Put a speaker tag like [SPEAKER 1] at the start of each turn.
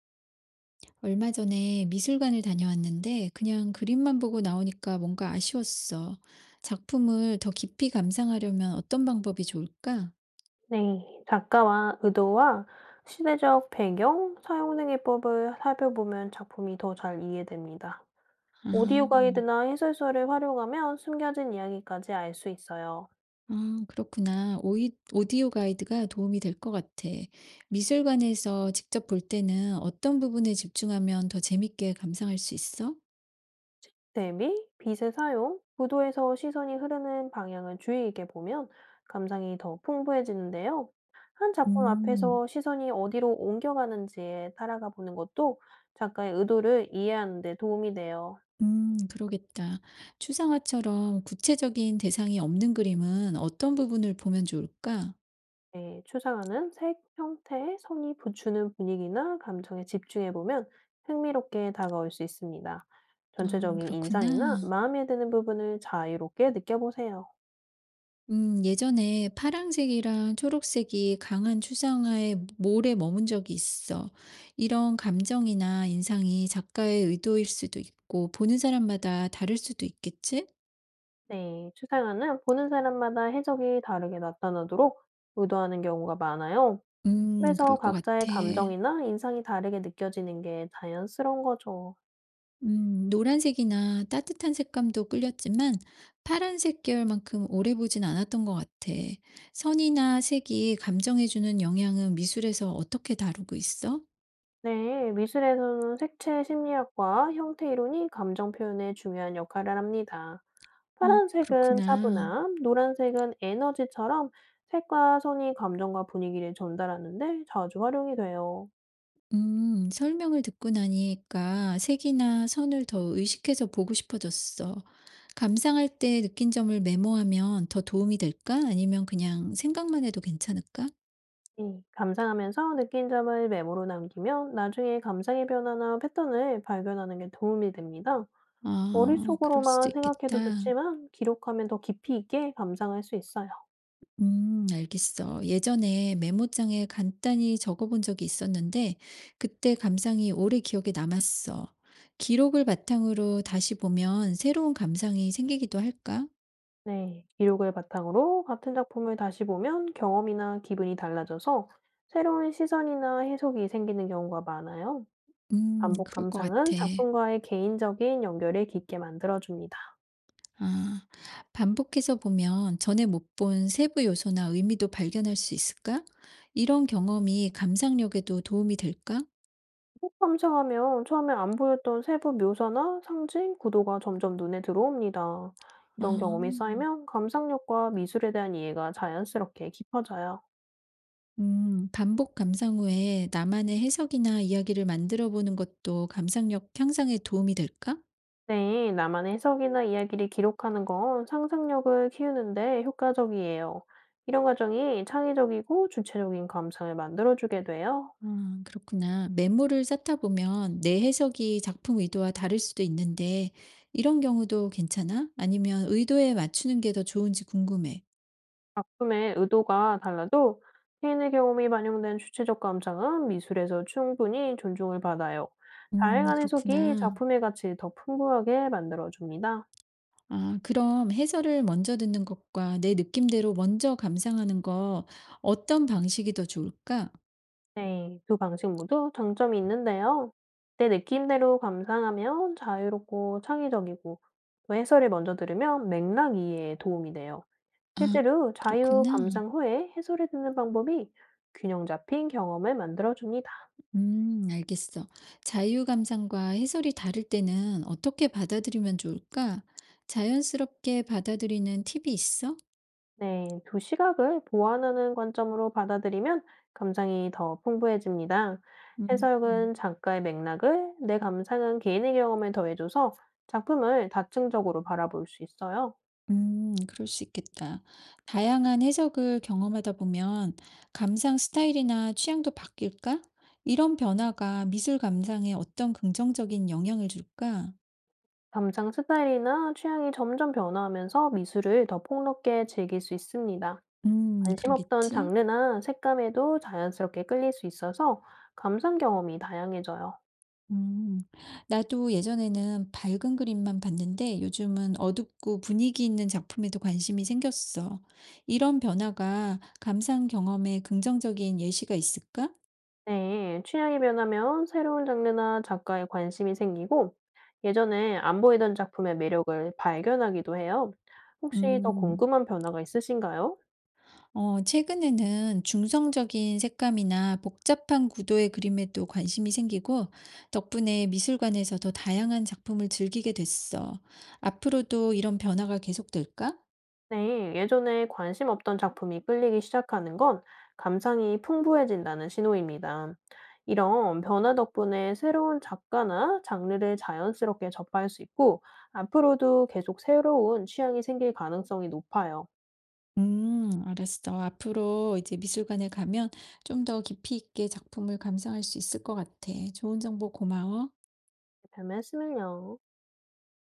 [SPEAKER 1] 얼마 전에 미술관을 다녀왔는데 그냥 그림만 보고 나오니까 뭔가 아쉬웠어. 작품을 더 깊이 감상하려면 어떤 방법이 좋을까?
[SPEAKER 2] 네, 작가와 의도와 시대적 배경, 사용생 기법을 살펴보면 작품이 더 잘 이해됩니다.
[SPEAKER 1] 아,
[SPEAKER 2] 오디오 가이드나 해설서를 활용하면 숨겨진 이야기까지 알 수 있어요.
[SPEAKER 1] 아, 그렇구나. 오디오 가이드가 도움이 될 것 같아. 미술관에서 직접 볼 때는 어떤 부분에 집중하면 더 재밌게 감상할 수 있어?
[SPEAKER 2] 대비, 빛의 사용, 구도에서 시선이 흐르는 방향을 주의 있게 보면 감상이 더 풍부해지는데요. 한 작품
[SPEAKER 1] 음,
[SPEAKER 2] 앞에서 시선이 어디로 옮겨가는지에 따라가 보는 것도 작가의 의도를 이해하는 데 도움이 돼요.
[SPEAKER 1] 그러겠다. 추상화처럼 구체적인 대상이 없는 그림은 어떤 부분을 보면 좋을까?
[SPEAKER 2] 네, 추상화는 색, 형태에 선이 부추는 분위기나 감정에 집중해 보면 흥미롭게 다가올 수 있습니다.
[SPEAKER 1] 아,
[SPEAKER 2] 전체적인 인상이나
[SPEAKER 1] 그렇구나.
[SPEAKER 2] 마음에 드는 부분을 자유롭게 느껴보세요.
[SPEAKER 1] 예전에 파랑색이랑 초록색이 강한 추상화의 몰에 머문 적이 있어. 이런 감정이나 인상이 작가의 의도일 수도 있고, 보는 사람마다 다를 수도 있겠지?
[SPEAKER 2] 네, 추상화는 보는 사람마다 해석이 다르게 나타나도록 의도하는 경우가 많아요. 그래서
[SPEAKER 1] 그럴 것 같아.
[SPEAKER 2] 각자의 감정이나 인상이 다르게 느껴지는 게 자연스러운 거죠.
[SPEAKER 1] 노란색이나 따뜻한 색감도 끌렸지만, 파란색 계열만큼 오래 보진 않았던 것 같아. 선이나 색이 감정해주는 영향은 미술에서 어떻게 다루고 있어?
[SPEAKER 2] 네, 미술에서는 색채 심리학과 형태 이론이 감정 표현에 중요한 역할을 합니다.
[SPEAKER 1] 어,
[SPEAKER 2] 파란색은
[SPEAKER 1] 그렇구나.
[SPEAKER 2] 차분함, 노란색은 에너지처럼 색과 손이 감정과 분위기를 전달하는데 자주 활용이 돼요.
[SPEAKER 1] 설명을 듣고 나니까 색이나 선을 더 의식해서 보고 싶어졌어. 감상할 때 느낀 점을 메모하면 더 도움이 될까? 아니면 그냥 생각만 해도 괜찮을까?
[SPEAKER 2] 감상하면서 느낀 점을 메모로 남기면 나중에 감상의 변화나 패턴을 발견하는 게 도움이 됩니다.
[SPEAKER 1] 아, 그럴 수도
[SPEAKER 2] 머릿속으로만 생각해도
[SPEAKER 1] 있겠다.
[SPEAKER 2] 좋지만 기록하면 더 깊이 있게 감상할 수 있어요.
[SPEAKER 1] 알겠어. 예전에 메모장에 간단히 적어본 적이 있었는데, 그때 감상이 오래 기억에 남았어. 기록을 바탕으로 다시 보면 새로운 감상이 생기기도 할까?
[SPEAKER 2] 네, 기록을 바탕으로 같은 작품을 다시 보면 경험이나 기분이 달라져서 새로운 시선이나 해석이 생기는 경우가 많아요. 반복
[SPEAKER 1] 그럴 것
[SPEAKER 2] 감상은
[SPEAKER 1] 같아.
[SPEAKER 2] 작품과의 개인적인 연결을 깊게 만들어줍니다.
[SPEAKER 1] 아, 반복해서 보면 전에 못 본 세부 요소나 의미도 발견할 수 있을까? 이런 경험이 감상력에도 도움이 될까?
[SPEAKER 2] 반복 감상하면 처음에 안 보였던 세부 묘사나 상징, 구도가 점점 눈에 들어옵니다.
[SPEAKER 1] 아,
[SPEAKER 2] 이런 경험이 쌓이면 감상력과 미술에 대한 이해가 자연스럽게 깊어져요.
[SPEAKER 1] 반복 감상 후에 나만의 해석이나 이야기를 만들어 보는 것도 감상력 향상에 도움이 될까?
[SPEAKER 2] 네, 나만의 해석이나 이야기를 기록하는 건 상상력을 키우는데 효과적이에요. 이런 과정이 창의적이고 주체적인 감상을 만들어주게 돼요.
[SPEAKER 1] 아, 그렇구나. 메모를 쌓다 보면 내 해석이 작품 의도와 다를 수도 있는데 이런 경우도 괜찮아? 아니면 의도에 맞추는 게 더 좋은지 궁금해.
[SPEAKER 2] 작품의 의도가 달라도 개인의 경험이 반영된 주체적 감상은 미술에서 충분히 존중을 받아요. 다양한 해석이
[SPEAKER 1] 그렇구나.
[SPEAKER 2] 작품의 가치 더 풍부하게 만들어줍니다.
[SPEAKER 1] 아, 그럼 해설을 먼저 듣는 것과 내 느낌대로 먼저 감상하는 거 어떤 방식이 더 좋을까?
[SPEAKER 2] 네, 두 방식 모두 장점이 있는데요. 내 느낌대로 감상하면 자유롭고 창의적이고 또 해설을 먼저 들으면 맥락 이해에 도움이 돼요.
[SPEAKER 1] 아,
[SPEAKER 2] 실제로 자유
[SPEAKER 1] 그렇구나.
[SPEAKER 2] 감상 후에 해설을 듣는 방법이 균형 잡힌 경험을 만들어줍니다.
[SPEAKER 1] 알겠어. 자유 감상과 해설이 다를 때는 어떻게 받아들이면 좋을까? 자연스럽게 받아들이는 팁이 있어?
[SPEAKER 2] 네, 두 시각을 보완하는 관점으로 받아들이면 감상이 더 풍부해집니다.
[SPEAKER 1] 음.
[SPEAKER 2] 해석은 작가의 맥락을, 내 감상은 개인의 경험에 더해줘서 작품을 다층적으로 바라볼 수 있어요.
[SPEAKER 1] 그럴 수 있겠다. 다양한 해석을 경험하다 보면 감상 스타일이나 취향도 바뀔까? 이런 변화가 미술 감상에 어떤 긍정적인 영향을 줄까?
[SPEAKER 2] 감상 스타일이나 취향이 점점 변화하면서 미술을 더 폭넓게 즐길 수 있습니다. 관심 없던
[SPEAKER 1] 그러겠지.
[SPEAKER 2] 장르나 색감에도 자연스럽게 끌릴 수 있어서 감상 경험이 다양해져요.
[SPEAKER 1] 음, 나도 예전에는 밝은 그림만 봤는데 요즘은 어둡고 분위기 있는 작품에도 관심이 생겼어. 이런 변화가 감상 경험에 긍정적인 예시가 있을까?
[SPEAKER 2] 네, 취향이 변하면 새로운 장르나 작가에 관심이 생기고 예전에 안 보이던 작품의 매력을 발견하기도 해요. 혹시 더
[SPEAKER 1] 음.
[SPEAKER 2] 궁금한 변화가 있으신가요?
[SPEAKER 1] 어, 최근에는 중성적인 색감이나 복잡한 구도의 그림에도 관심이 생기고, 덕분에 미술관에서 더 다양한 작품을 즐기게 됐어. 앞으로도 이런 변화가 계속될까?
[SPEAKER 2] 네, 예전에 관심 없던 작품이 끌리기 시작하는 건 감상이 풍부해진다는 신호입니다. 이런 변화 덕분에 새로운 작가나 장르를 자연스럽게 접할 수 있고 앞으로도 계속 새로운 취향이 생길 가능성이 높아요.
[SPEAKER 1] 알았어. 앞으로 이제 미술관에 가면 좀 더 깊이 있게 작품을 감상할 수 있을 것 같아. 좋은 정보 고마워.
[SPEAKER 2] 별 말씀을요.